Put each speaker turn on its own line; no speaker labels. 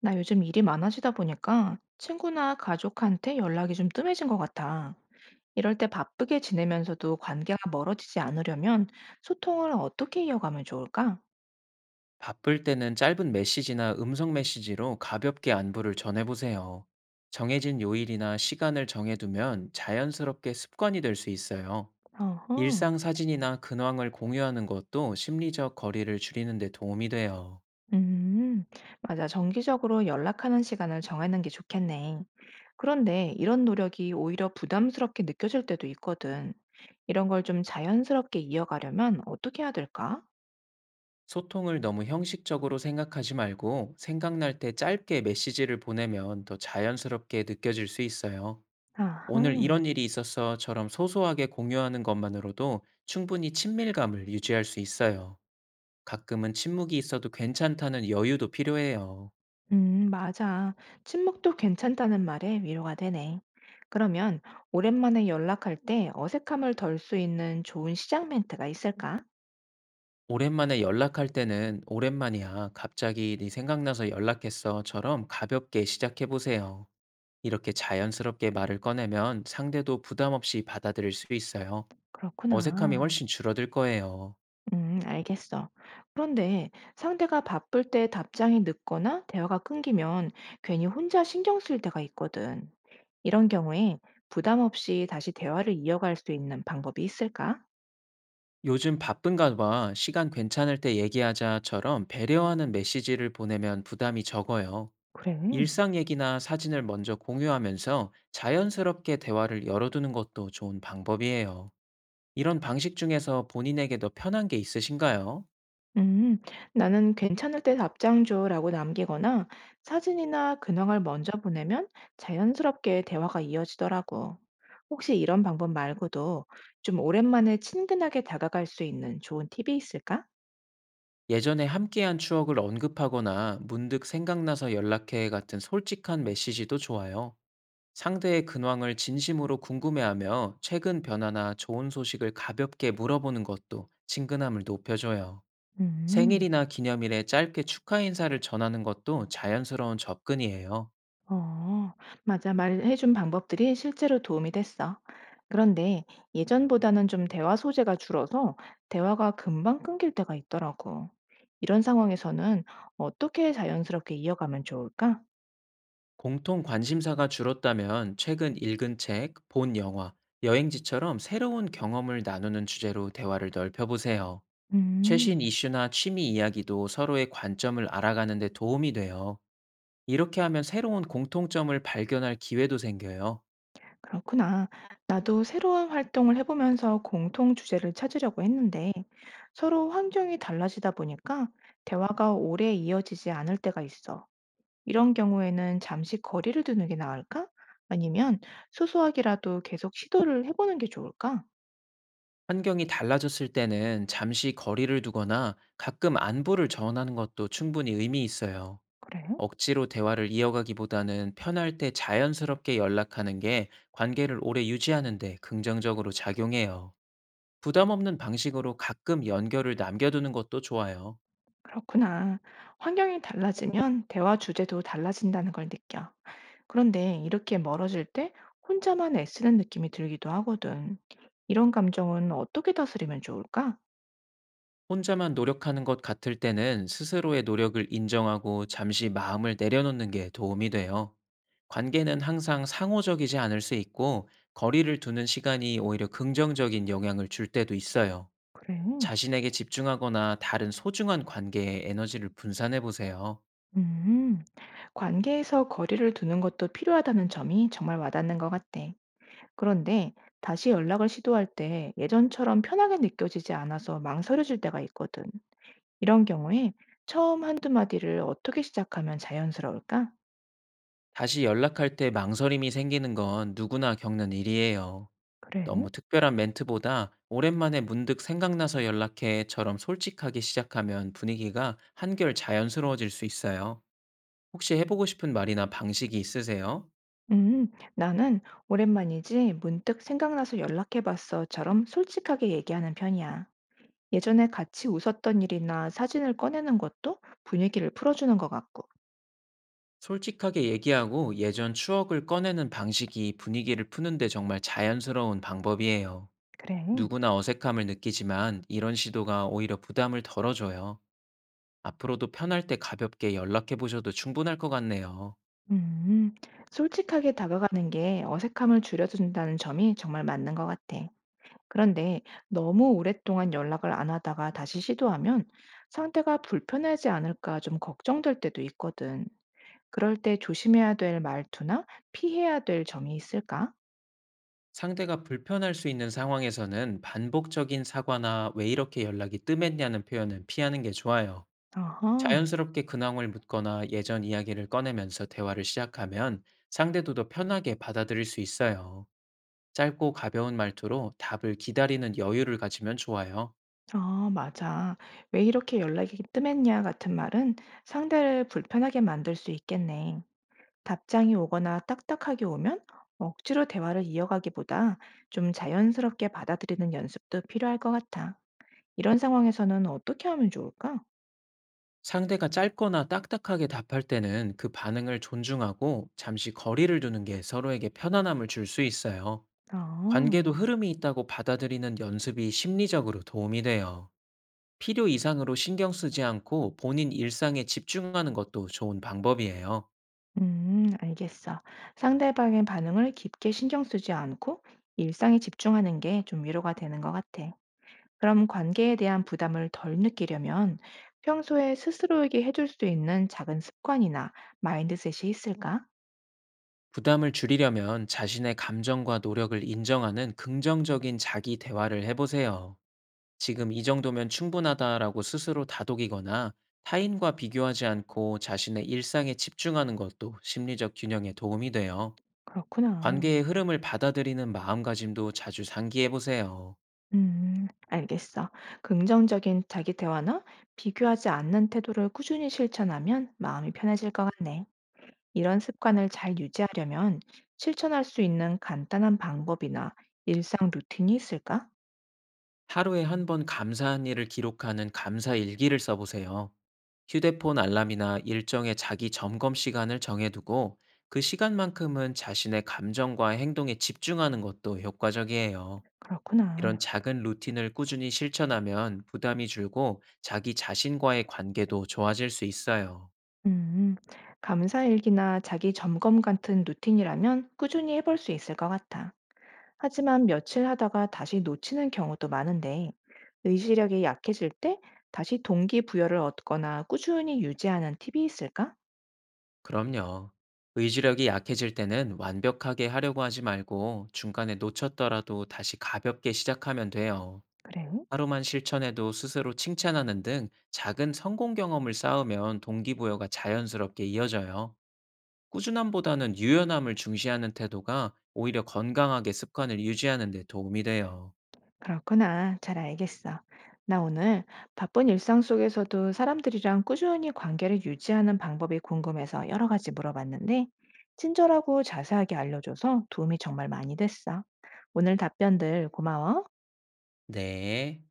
나 요즘 일이 많아지다 보니까 친구나 가족한테 연락이 좀 뜸해진 것 같아. 이럴 때 바쁘게 지내면서도 관계가 멀어지지 않으려면 소통을 어떻게 이어가면 좋을까?
바쁠 때는 짧은 메시지나 음성 메시지로 가볍게 안부를 전해보세요. 정해진 요일이나 시간을 정해두면 자연스럽게 습관이 될 수 있어요.
어허,
일상 사진이나 근황을 공유하는 것도 심리적 거리를 줄이는 데 도움이 돼요.
음, 맞아. 정기적으로 연락하는 시간을 정하는 게 좋겠네. 그런데 이런 노력이 오히려 부담스럽게 느껴질 때도 있거든. 이런 걸 좀 자연스럽게 이어가려면 어떻게 해야 될까?
소통을 너무 형식적으로 생각하지 말고, 생각날 때 짧게 메시지를 보내면 더 자연스럽게 느껴질 수 있어요. 오늘
아하.
이런 일이 있었어처럼 소소하게 공유하는 것만으로도 충분히 친밀감을 유지할 수 있어요. 가끔은 침묵이 있어도 괜찮다는 여유도 필요해요.
맞아. 침묵도 괜찮다는 말에 위로가 되네. 그러면 오랜만에 연락할 때 어색함을 덜 수 있는 좋은 시작 멘트가 있을까?
오랜만에 연락할 때는 "오랜만이야. 갑자기 네 생각나서 연락했어."처럼 가볍게 시작해 보세요. 이렇게 자연스럽게 말을 꺼내면 상대도 부담 없이 받아들일 수 있어요. 어색함이
그렇구나.
훨씬 줄어들 거예요.
알겠어. 그런데 상대가 바쁠 때 답장이 늦거나 대화가 끊기면 괜히 혼자 신경 쓸 때가 있거든. 이런 경우에 부담 없이 다시 대화를 이어갈 수 있는 방법이 있을까?
"요즘 바쁜가 봐. 시간 괜찮을 때 얘기하자."처럼 배려하는 메시지를 보내면 부담이 적어요.
그래.
일상 얘기나 사진을 먼저 공유하면서 자연스럽게 대화를 열어두는 것도 좋은 방법이에요. 이런 방식 중에서 본인에게 더 편한 게 있으신가요?
음, 나는 괜찮을 때 답장 줘라고 남기거나 사진이나 근황을 먼저 보내면 자연스럽게 대화가 이어지더라고. 혹시 이런 방법 말고도 좀 오랜만에 친근하게 다가갈 수 있는 좋은 팁이 있을까?
예전에 함께한 추억을 언급하거나 문득 생각나서 연락해 같은 솔직한 메시지도 좋아요. 상대의 근황을 진심으로 궁금해하며 최근 변화나 좋은 소식을 가볍게 물어보는 것도 친근함을 높여줘요.
음,
생일이나 기념일에 짧게 축하 인사를 전하는 것도 자연스러운 접근이에요.
어, 맞아. 말해준 방법들이 실제로 도움이 됐어. 그런데 예전보다는 좀 대화 소재가 줄어서 대화가 금방 끊길 때가 있더라고. 이런 상황에서는 어떻게 자연스럽게 이어가면 좋을까?
공통 관심사가 줄었다면 최근 읽은 책, 본 영화, 여행지처럼 새로운 경험을 나누는 주제로 대화를 넓혀보세요. 최신
음,
이슈나 취미 이야기도 서로의 관점을 알아가는 데 도움이 돼요. 이렇게 하면 새로운 공통점을 발견할 기회도 생겨요.
그렇구나. 나도 새로운 활동을 해보면서 공통 주제를 찾으려고 했는데 서로 환경이 달라지다 보니까 대화가 오래 이어지지 않을 때가 있어. 이런 경우에는 잠시 거리를 두는 게 나을까? 아니면 소소하게라도 계속 시도를 해보는 게 좋을까?
환경이 달라졌을 때는 잠시 거리를 두거나 가끔 안부를 전하는 것도 충분히 의미 있어요.
그래?
억지로 대화를 이어가기보다는 편할 때 자연스럽게 연락하는 게 관계를 오래 유지하는 데 긍정적으로 작용해요. 부담 없는 방식으로 가끔 연결을 남겨두는 것도 좋아요.
그렇구나. 환경이 달라지면 대화 주제도 달라진다는 걸 느껴. 그런데 이렇게 멀어질 때 혼자만 애쓰는 느낌이 들기도 하거든. 이런 감정은 어떻게 다스리면 좋을까?
혼자만 노력하는 것 같을 때는 스스로의 노력을 인정하고 잠시 마음을 내려놓는 게 도움이 돼요. 관계는 항상 상호적이지 않을 수 있고, 거리를 두는 시간이 오히려 긍정적인 영향을 줄 때도 있어요.
그래.
자신에게 집중하거나 다른 소중한 관계에 에너지를 분산해 보세요.
음, 관계에서 거리를 두는 것도 필요하다는 점이 정말 와닿는 것 같아. 그런데 다시 연락을 시도할 때 예전처럼 편하게 느껴지지 않아서 망설여질 때가 있거든. 이런 경우에 처음 한두 마디를 어떻게 시작하면 자연스러울까?
다시 연락할 때 망설임이 생기는 건 누구나 겪는 일이에요.
그래.
너무 특별한 멘트보다 오랜만에 문득 생각나서 연락해처럼 솔직하게 시작하면 분위기가 한결 자연스러워질 수 있어요. 혹시 해보고 싶은 말이나 방식이 있으세요?
나는 오랜만이지 문득 생각나서 연락해봤어처럼 솔직하게 얘기하는 편이야. 예전에 같이 웃었던 일이나 사진을 꺼내는 것도 분위기를 풀어주는 것 같고.
솔직하게 얘기하고 예전 추억을 꺼내는 방식이 분위기를 푸는데 정말 자연스러운 방법이에요.
그래.
누구나 어색함을 느끼지만 이런 시도가 오히려 부담을 덜어줘요. 앞으로도 편할 때 가볍게 연락해 보셔도 충분할 것 같네요.
음, 솔직하게 다가가는 게 어색함을 줄여준다는 점이 정말 맞는 것 같아. 그런데 너무 오랫동안 연락을 안 하다가 다시 시도하면 상대가 불편하지 않을까 좀 걱정될 때도 있거든. 그럴 때 조심해야 될 말투나 피해야 될 점이 있을까?
상대가 불편할 수 있는 상황에서는 반복적인 사과나 왜 이렇게 연락이 뜸했냐는 표현은 피하는 게 좋아요.
아하.
자연스럽게 근황을 묻거나 예전 이야기를 꺼내면서 대화를 시작하면 상대도 더 편하게 받아들일 수 있어요. 짧고 가벼운 말투로 답을 기다리는 여유를 가지면 좋아요.
아 맞아. "왜 이렇게 연락이 뜸했냐?" 같은 말은 상대를 불편하게 만들 수 있겠네. 답장이 오거나 딱딱하게 오면 억지로 대화를 이어가기보다 좀 자연스럽게 받아들이는 연습도 필요할 것 같아. 이런 상황에서는 어떻게 하면 좋을까?
상대가 짧거나 딱딱하게 답할 때는 그 반응을 존중하고 잠시 거리를 두는 게 서로에게 편안함을 줄 수 있어요. 관계도
아.
흐름이 있다고 받아들이는 연습이 심리적으로 도움이 돼요. 필요 이상으로 신경 쓰지 않고 본인 일상에 집중하는 것도 좋은 방법이에요.
음, 알겠어. 상대방의 반응을 깊게 신경 쓰지 않고 일상에 집중하는 게 좀 위로가 되는 것 같아. 그럼 관계에 대한 부담을 덜 느끼려면 평소에 스스로에게 해줄 수 있는 작은 습관이나 마인드셋이 있을까?
부담을 줄이려면 자신의 감정과 노력을 인정하는 긍정적인 자기 대화를 해보세요. 지금 이 정도면 충분하다라고 스스로 다독이거나 타인과 비교하지 않고 자신의 일상에 집중하는 것도 심리적 균형에 도움이 돼요.
그렇구나.
관계의 흐름을 받아들이는 마음가짐도 자주 상기해보세요.
알겠어. 긍정적인 자기 대화나 비교하지 않는 태도를 꾸준히 실천하면 마음이 편해질 것 같네. 이런 습관을 잘 유지하려면 실천할 수 있는 간단한 방법이나 일상 루틴이 있을까?
하루에 한 번 감사한 일을 기록하는 감사 일기를 써 보세요. 휴대폰 알람이나 일정의 자기 점검 시간을 정해 두고, 그 시간만큼은 자신의 감정과 행동에 집중하는 것도 효과적이에요.
그렇구나.
이런 작은 루틴을 꾸준히 실천하면 부담이 줄고 자기 자신과의 관계도 좋아질 수 있어요.
음, 감사일기나 자기 점검 같은 루틴이라면 꾸준히 해볼 수 있을 것 같아. 하지만 며칠 하다가 다시 놓치는 경우도 많은데, 의지력이 약해질 때 다시 동기부여를 얻거나 꾸준히 유지하는 팁이 있을까?
그럼요. 의지력이 약해질 때는 완벽하게 하려고 하지 말고, 중간에 놓쳤더라도 다시 가볍게 시작하면 돼요.
그래.
하루만 실천해도 스스로 칭찬하는 등 작은 성공 경험을 쌓으면 동기부여가 자연스럽게 이어져요. 꾸준함보다는 유연함을 중시하는 태도가 오히려 건강하게 습관을 유지하는 데 도움이 돼요.
그렇구나. 잘 알겠어. 나 오늘 바쁜 일상 속에서도 사람들이랑 꾸준히 관계를 유지하는 방법이 궁금해서 여러 가지 물어봤는데, 친절하고 자세하게 알려줘서 도움이 정말 많이 됐어. 오늘 답변들 고마워.
네.